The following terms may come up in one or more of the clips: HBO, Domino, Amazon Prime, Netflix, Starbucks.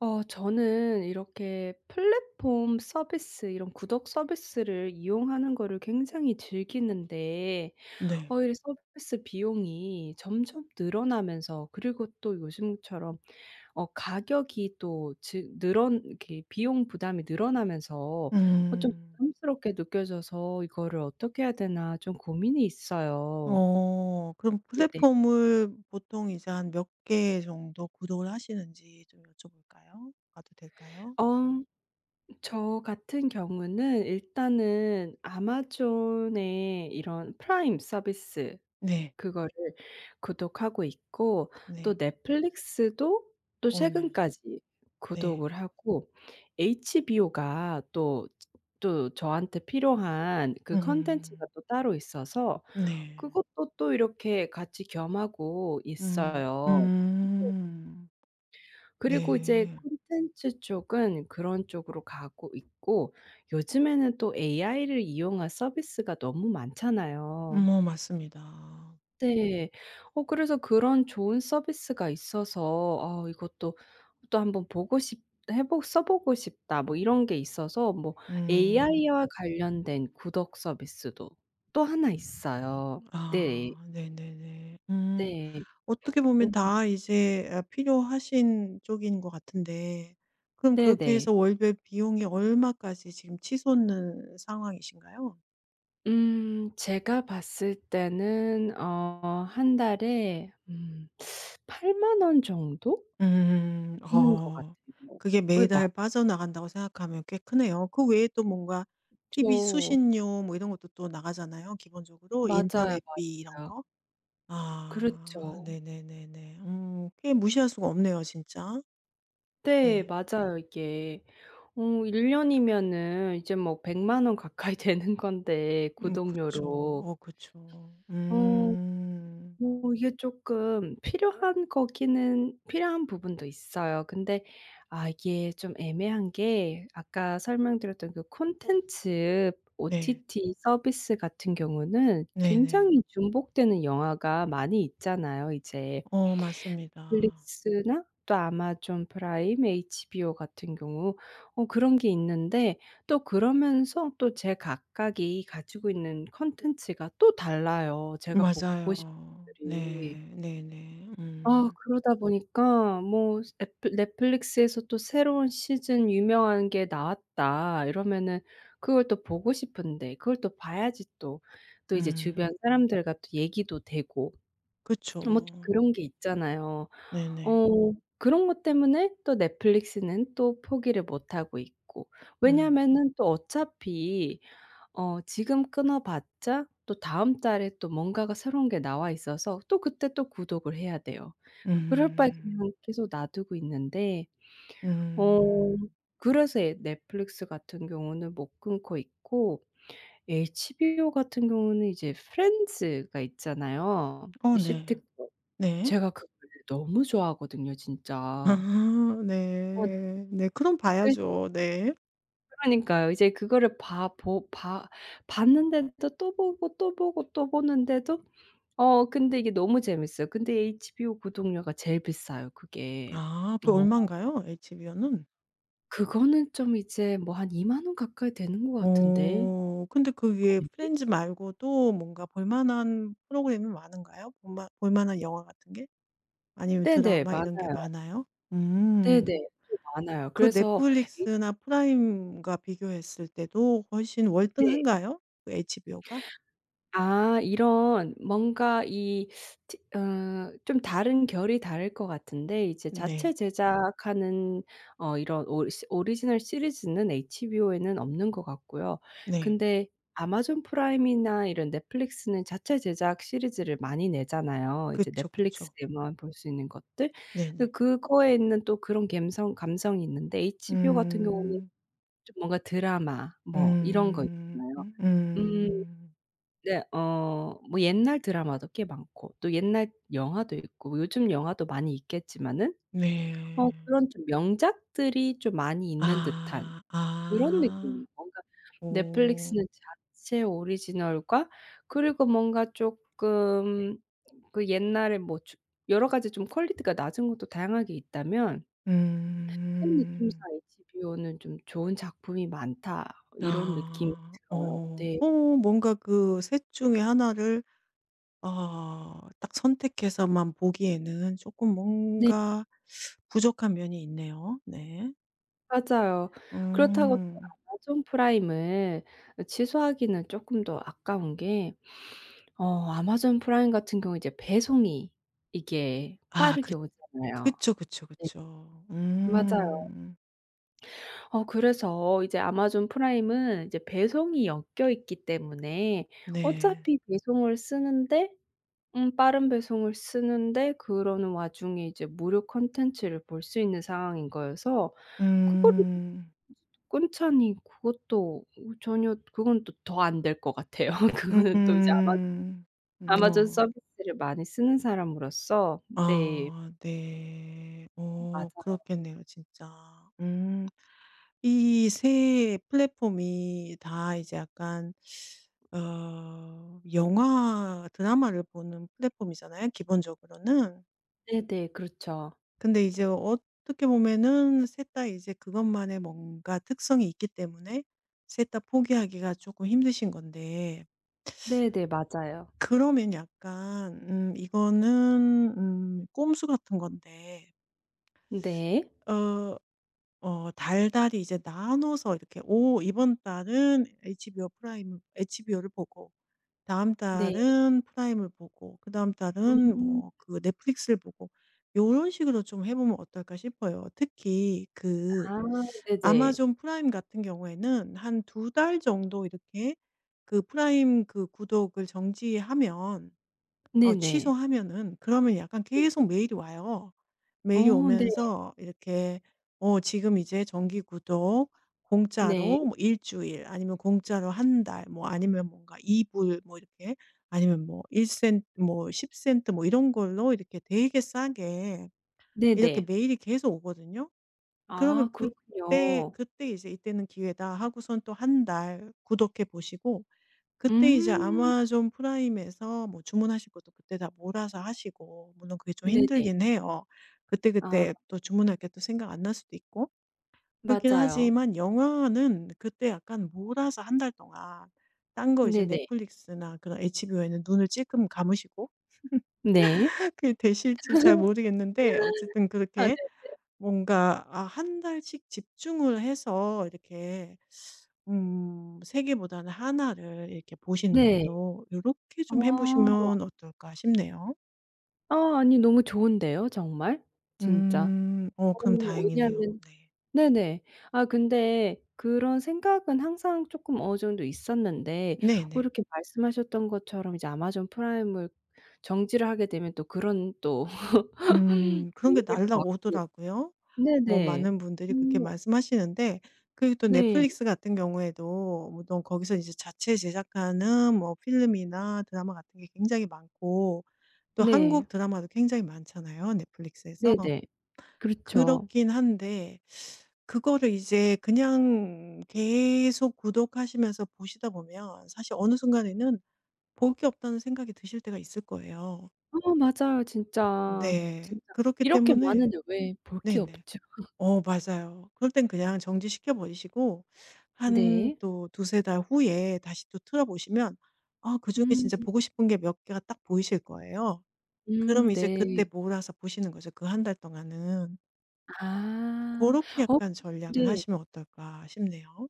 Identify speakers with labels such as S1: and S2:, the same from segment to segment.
S1: 저는 이렇게 플랫폼 서비스 이런 구독 서비스를 이용하는 거를 굉장히 즐기는데
S2: 네.
S1: 이 서비스 비용이 점점 늘어나면서 그리고 또 요즘처럼 가격이 또 즈늘어 이렇게 비용 부담이 늘어나면서 좀
S2: 음.
S1: 부담스럽게 느껴져서 '이거를 어떻게 해야 되나.' 좀 고민이 있어요.
S2: 그럼
S1: 네.
S2: 플랫폼을 보통 이제 한 몇 개 정도 구독을 하시는지 좀 여쭤볼까요? 봐도 될까요?
S1: 어. 저 같은 경우는 일단은 아마존의 이런 프라임 서비스
S2: 네.
S1: 그거를 구독하고 있고 또
S2: 네.
S1: 넷플릭스도 또
S2: 어 네.
S1: 최근까지
S2: 네.
S1: 구독을 하고 HBO가 또 저한테 필요한 그 컨텐츠가
S2: 음.
S1: 또 따로 있어서
S2: 네.
S1: 그것도 또 이렇게 같이 겸하고
S2: 음.
S1: 있어요.
S2: 음.
S1: 그리고 이제
S2: 네.
S1: 콘텐츠 쪽은 그런 쪽으로 가고 있고 요즘에는 또 AI를 이용한 서비스가 너무 많잖아요.
S2: 뭐 맞습니다.
S1: 네. 그래서 그런 좋은 서비스가 있어서 아 이것도 또 한번 보고 싶 해보 써 보고 싶다 뭐 이런 게 있어서 뭐
S2: 음.
S1: AI와 관련된 구독 서비스도 또 하나 있어요. 네.
S2: 아 네네네. 음.
S1: 네.
S2: 어떻게 보면
S1: 어
S2: 다 이제 필요하신 쪽인 것 같은데, 그럼 그렇게
S1: 네네.
S2: 해서 월별 비용이 얼마까지 지금 치솟는 상황이신가요?
S1: 제가 봤을 때는 한 달에 8만 원 정도
S2: 음.
S1: 하는 것
S2: 어.
S1: 같아요.
S2: 그게
S1: 왜.
S2: 매달 빠져나간다고 생각하면 꽤 크네요. 그 외에 또 뭔가 TV
S1: 맞죠.
S2: 수신료 뭐 이런 것도 또 나가잖아요, 기본적으로.
S1: 맞아요,
S2: 인터넷비 이런
S1: 맞아요.
S2: 거. 아.
S1: 그렇죠.
S2: 네네네네. 음. 꽤 무시할 수가 없네요, 진짜.
S1: 네,
S2: 네.
S1: 맞아요 이게. 1 년이면은 이제 뭐 1 0 0원 가까이 되는 건데
S2: 음, 그쵸.
S1: 구독료로.
S2: 어, 그쵸.
S1: 어.
S2: 음.
S1: 뭐 이게 쪼끔 필요한 거기는 필요한 부분도 있어요. 근데 아 이게 좀 애매한 게 아까 설명드렸던 그 콘텐츠
S2: 네.
S1: OTT 서비스 같은 경우는
S2: 네네.
S1: 굉장히 중복되는 영화가 많이 있잖아요. 이제
S2: 어 맞습니다.
S1: 넷플릭스나 또 아마존 프라임, HBO 같은 경우 그런 게 있는데 또 그러면서 또 제 각각이 가지고 있는 콘텐츠가 또 달라요, 제가 보고 싶은
S2: 맞아요.
S1: 것들이.
S2: 네. 네네.
S1: 아
S2: 음.
S1: 그러다 보니까 뭐 애플 "넷플릭스에서 또 새로운 시즌 유명한 게 나왔다." 이러면은 그걸 또 보고 싶은데 그걸 또 봐야지 또. 또 이제 주변
S2: 음.
S1: 사람들과 또 얘기도 되고 뭐 또
S2: 그쵸.
S1: 그런 게 있잖아요.
S2: 네네.
S1: 어 그런 것 때문에 또 넷플릭스는 또 포기를 못 하고 있고.
S2: 음.
S1: 왜냐하면은 또 어차피 지금 끊어 봤자 또 다음 달에 또 뭔가가 새로운 게 나와 있어서 또 그때 또 구독을 해야 돼요. 그럴 바에
S2: 음.
S1: 그냥 계속 놔두고 있는데 어
S2: 음.
S1: 그래서 예, 넷플릭스 같은 경우는 못 끊고 있고 HBO 같은 경우는 이제 프렌즈가 있잖아요.
S2: 어
S1: 이
S2: 네.
S1: 시트콤.
S2: 네.
S1: 제가 그거를 너무 좋아하거든요 진짜.
S2: 아
S1: 네.
S2: 네. 네. 그럼
S1: 그
S2: 봐야죠. 네.
S1: 그러니까요. 이제 그거를 봐 보 봐 봤는데도 또 보고, 또 보고, 또 보는데도 근데 이게 너무 재밌어요. 근데 HBO 구독료가 제일 비싸요 그게.
S2: 아, 그
S1: 어
S2: 얼만가요? HBO는?
S1: 그거는 좀 이제 뭐 한2만 원 가까이 되는 것 같은데
S2: 어 근데 그 위에
S1: 구독하는 게.
S2: 프렌즈 말고 도 뭔가 볼 만한 프로그램이 많은가요? 볼만 볼 만한 영화 같은 게? 아니면
S1: 네네.
S2: 드라마 이런 게
S1: 많아요.
S2: 많아요?
S1: 네네.
S2: 음.
S1: 좀 많아요.
S2: 그
S1: 그래서 이
S2: 넷플릭스나 프라임과 비교했을 때도 훨씬
S1: 네.
S2: 월등한가요? 그 HBO가?
S1: 아 이런 뭔가 이 티 어 좀 다른 결이 다를 것 같은데 이제 자체
S2: 네.
S1: 제작하는 이런 오리지널 시리즈는 HBO에는 없는 것 같고요.
S2: 네.
S1: 근데 아마존 프라임이나 이런 넷플릭스는 자체 제작 시리즈를 많이 내잖아요. 이제
S2: 그쵸, 그쵸.
S1: 넷플릭스에만 볼 수 있는 것들.
S2: 네네.
S1: 그거에 있는 또 그런 감성이 있는데 HBO 같은 경우는
S2: 음.
S1: 좀 뭔가 드라마 뭐 이런 거
S2: 음.
S1: 있잖아요. 음.
S2: 음.
S1: 네. 뭐 옛날 드라마도 꽤 많고 또 옛날 영화도 있고 요즘 영화도 많이 있겠지만은
S2: 네.
S1: 그런 좀 명작들이 좀 많이 있는 듯한
S2: 아.
S1: 그런
S2: 아.
S1: 느낌이에요. 뭔가
S2: 오.
S1: 넷플릭스는 자체 오리지널과 그리고 뭔가 쪼끔 그 옛날에 뭐 주 여러 가지 좀 퀄리티가 낮은 것도 다양하게 있다면 제 느낌상
S2: 음.
S1: HBO는 좀 '좋은 작품이 많다.' 이런 느낌이
S2: 아.
S1: 들어요.
S2: 어.
S1: 네.
S2: 뭔가 그 셋 중에 하나를 딱 선택해서만 보기에는 조금
S1: 네.
S2: 뭔가 부족한 면이 있네요. 네.
S1: 맞아요. 그렇다고 또
S2: 음.
S1: 아마존 프라임을 취소하기는 쪼끔 더 아까운 게 아마존 프라임 같은 경우에 이제 배송이 이게
S2: 아 그
S1: 빠르게 오잖아요.
S2: 그쵸, 그쵸,
S1: 네.
S2: 그쵸.
S1: 맞아요.
S2: 음.
S1: 그래서 이제 아마존 프라임은 이제 배송이 엮여 있기 때문에
S2: 네.
S1: 어차피 배송을 쓰는데 빠른 배송을 쓰는데 그러는 와중에 이제 무료 콘텐츠를 볼 수 있는 상황인 거여서 그거를
S2: 음.
S1: 꾼천이 그것도 전혀 그건 또 더 안 될 것 같아요. 그거는 또 이제 아마
S2: 음음.
S1: 아마존
S2: 어.
S1: 서비스를 많이 쓰는 사람으로서 네.
S2: 아 네. 어
S1: 맞아요.
S2: 그렇겠네요, 진짜. 음. 이 세 플랫폼이 다 이제 약간 영화 드라마를 보는 플랫폼이잖아요, 기본적으로는.
S1: 네네. 그렇죠.
S2: 근데 이제 어떻게 보면은 셋 다 이제 그것만의 뭔가 특성이 있기 때문에 셋 다 포기하기가 조금 힘드신 건데,
S1: 네네. 맞아요.
S2: 그러면 약간 이거는 꼼수 같은 건데
S1: 네.
S2: 어 달달이 이제 나눠서 이렇게 "오, 이번 달은 HBO를 보고, 다음
S1: 네.
S2: 달은 프라임을 보고, 그다음 달은
S1: 음.
S2: 뭐 그 넷플릭스를 보고, 요런 식으로 좀 해 보면 어떨까 싶어요. 특히 그
S1: 아 네네.
S2: 아마존 프라임 같은 경우에는 한 두 달 정도 이렇게 그 프라임 그 구독을 정지하면, 어
S1: 네네.
S2: 취소하면은 그러면 약간
S1: 네.
S2: 계속 메일이 와요.
S1: 어
S2: 메일이
S1: 네.
S2: 오면서 이렇게 어 지금 이제 정기 구독,
S1: 네.
S2: 공짜로 뭐 일 주일 아니면 공짜로 한 달 뭐 아니면 뭔가 이불 뭐 이렇게, 아니면 뭐 1 센트 뭐 10 센트 뭐 이런 걸로 이렇게 되게 싸게 이렇게
S1: 네네.
S2: 메일이 계속 오거든요. 그러면
S1: 아
S2: 그때,
S1: 그렇군요.
S2: 그때 이제 '이때는 기회다.' 하고선 또 한 달 구독해 보시고, 그때 이제
S1: 음.
S2: 아마존 프라임에서 뭐 주문하실 것도 그때 다 몰아서 하시고. 물론 그게 좀
S1: 네네.
S2: 힘들긴 해요.
S1: 아
S2: 그때그때 또 주문할 게 또 생각 안 날 수도 있고. 그렇긴
S1: 맞아요.
S2: 하지만 영화는 그때 약간 몰아서 한 달 동안 딴 거, 이제
S1: 네네.
S2: 넷플릭스나 그런 HBO에는 눈을 찔끔 감으시고
S1: 네.
S2: 그게 되실지 잘 모르겠는데, 어쨌든
S1: 아 네.
S2: 그렇게 뭔가 한 달씩 집중을 해서 이렇게 계 개보다는 하나를 이렇게 보시는
S1: 네.
S2: 걸로 이렇게 좀 해
S1: 어.
S2: 보시면 어떨까 싶네요.
S1: 아 아니 너무 좋은데요 정말. 진짜.
S2: 음. 어
S1: 어
S2: 그럼 다행이네요.
S1: 왜냐하면
S2: 네.
S1: 네네. 아 근데 그런 생각은 항상 쪼끔 어느 정도 있었는데
S2: 네네.
S1: 이렇게 말씀하셨던 것처럼 이제 아마존 프라임을 정지를 하게 되면 또 그런 또
S2: 음, 그런 게
S1: 메일을 또 받고
S2: 날라오더라고요. 뭐
S1: 네네.
S2: 많은 분들이 그렇게
S1: 음.
S2: 말씀하시는데, 그리고 또
S1: 네.
S2: 넷플릭스 같은 경우에도 물론 거기서 이제 자체 제작하는 뭐 필름이나 드라마 같은 게 굉장히 많고, 또
S1: 네.
S2: 한국 드라마도 굉장히 많잖아요, 넷플릭스에서.
S1: 네네. 그렇죠.
S2: 그렇긴 한데 그거를 이제 그냥 계속 구독하시면서 보시다 보면 사실 어느 순간에는 볼 게 없다는 생각이 드실 때가 있을 거예요.
S1: 맞아요
S2: 네.
S1: 진짜.
S2: 네.
S1: 진짜.
S2: 그렇기
S1: 이렇게
S2: 때문에
S1: 많은데 왜 볼 게
S2: 네네.
S1: 없죠.
S2: 어 맞아요. 그럴 땐 그냥 정지시켜 버리시고 한
S1: 네.
S2: 또 두세 달 후에 다시 또 틀어 보시면 아 그중에 진짜
S1: 음.
S2: 보고 싶은 게 몇 개가 딱 보이실 거예요. 그럼
S1: 음.
S2: 이제 그때
S1: 네.
S2: 몰아서 보시는 거죠. 그 한 달 동안은. 그
S1: 아.
S2: 렇게
S1: 어
S2: 약간 전략을
S1: 네,
S2: 하시면 어떨까 싶네요.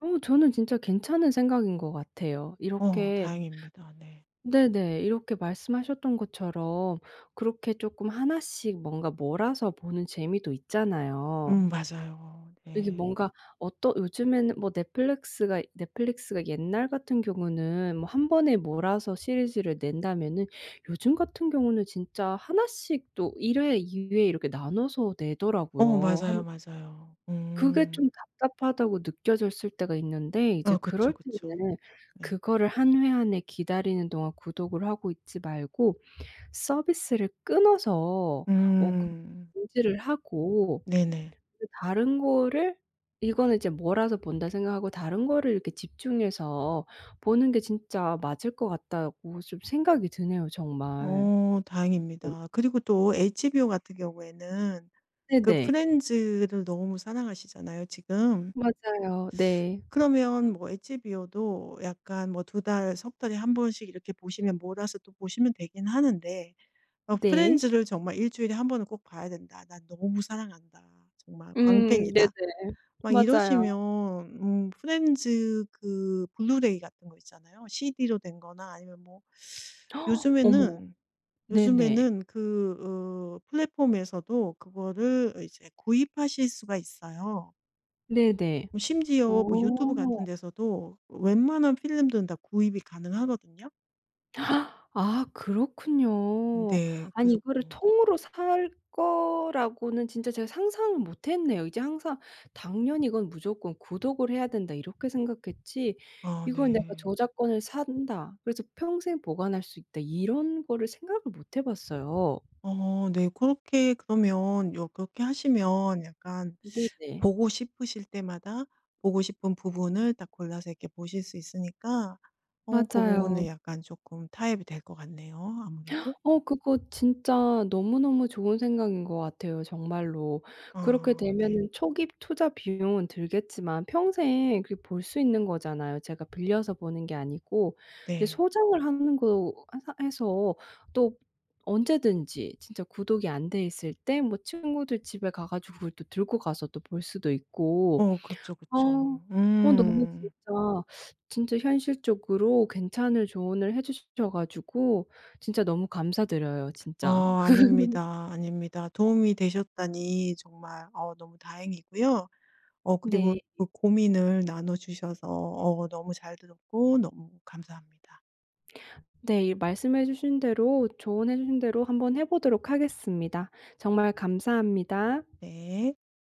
S1: 저는 진짜 괜찮은 생각인 것 같아요.
S2: 어
S1: 이렇게
S2: 다행입니다. 네.
S1: 네네. 이렇게 말씀하셨던 것처럼 그렇게 쪼끔 하나씩 뭔가 몰아서 보는 재미도 있잖아요.
S2: 맞아요.
S1: 이게
S2: 네.
S1: 뭔가 어떠 요즘에는 뭐 넷플릭스가 옛날 같은 경우는 뭐 한 번에 몰아서 시리즈를 낸다면은 요즘 같은 경우는 진짜 하나씩 또 1 회, 2회 이렇게 나눠서
S2: 어
S1: 내더라고요.
S2: 맞아요,
S1: 한
S2: 맞아요.
S1: 그게 좀
S2: 음.
S1: 답답하다고 느껴졌을 때가 있는데 이제
S2: 아 그쵸,
S1: 그럴
S2: 그쵸.
S1: 때는
S2: 네.
S1: 그거를 한 회 안에 기다리는 동안 구독을 하고 있지 말고 서비스를 끊어서 그
S2: 음.
S1: 중지를 하고
S2: 네네.
S1: 그 다른 거를 이거는 이제 뭐라서 본다 생각하고 다른 거를 이렇게 집중해서 보는 게 진짜 맞을 것 같다고 좀 생각이 드네요 정말.
S2: 어
S1: 네.
S2: 다행입니다. 그리고 또 HBO 같은 경우에는 그
S1: 네네.
S2: 프렌즈를 너무 사랑하시잖아요, 지금.
S1: 맞아요. 네.
S2: 그러면 뭐 HBO 도 약간 뭐 두 달, 석 달에 한 번씩 이렇게 보시면 몰아서 또 보시면 되긴 하는데, 어
S1: 네.
S2: '프렌즈를 정말 일 주일에 한 번은 꼭 봐야 된다. 난 너무 사랑한다. 정말
S1: 음. 네네.
S2: 광팬이다.' 막
S1: 맞아요.
S2: 이러시면 프렌즈 그 블루레이 같은 거 있잖아요. CD로 된 거나, 아니면 뭐
S1: 어머.
S2: 요즘에는,
S1: 네네.
S2: 요즘에는 그 어 플랫폼에서도 그거를 이제 구입하실 수가 있어요.
S1: 네네.
S2: 뭐
S1: 어.
S2: 심지어 뭐 유튜브 같은 데서도 웬만한 필름들은 다 구입이 가능하거든요.
S1: 아 그렇군요.
S2: 네.
S1: 아니
S2: 그래서
S1: 이거를
S2: 어
S1: 통으로 살 거라고는 진짜 제가 상상을 못 했네요. 이제 항상 '당연히 이건 무조건 구독을 해야 된다.' 이렇게 생각했지
S2: 아
S1: '이걸 내가
S2: 네.
S1: 저작권을 산다. 그래서 평생 보관할 수 있다.' 이런 거를 생각을 못해 봤어요.
S2: 어 네. 그렇게 그러면 요 그렇게 하시면 약간
S1: 네네.
S2: 보고 싶으실 때마다 보고 싶은 부분을 딱 골라서 이렇게 보실 수 있으니까 어 그 부분은
S1: 맞아요.
S2: 약간 조금 타협이 될 것 같네요, 아무래도.
S1: 그거 진짜 너무너무 좋은 생각인 것 같아요 정말로. 그렇게
S2: 어 네.
S1: 되면은 초기 투자 비용은 들겠지만 평생 그게 볼 수 있는 거잖아요. 제가 빌려서 보는 게 아니고 이제
S2: 네.
S1: 소장을 하는 거 해서 또 언제든지 진짜 구독이 안 돼 있을 때 뭐 친구들 집에 가 가지고 그걸 또 들고 가서 또 볼 수도 있고
S2: 어 그쵸,
S1: 어.
S2: 그쵸.
S1: 너무
S2: 음.
S1: 진짜, 진짜 현실적으로 괜찮을 조언을 해 주셔 가지고 진짜 너무 감사드려요
S2: 어
S1: 진짜.
S2: 아닙니다, 아닙니다. 도움이 되셨다니 정말 어 너무 다행이고요. 어 그리고
S1: 네.
S2: 그 고민을 나눠 주셔서 어 너무 잘 들었고 너무 감사합니다.
S1: 네. 이 말씀해 주신 대로 조언해 주신 대로 한번 해 보도록 하겠습니다. 정말 감사합니다.
S2: 네.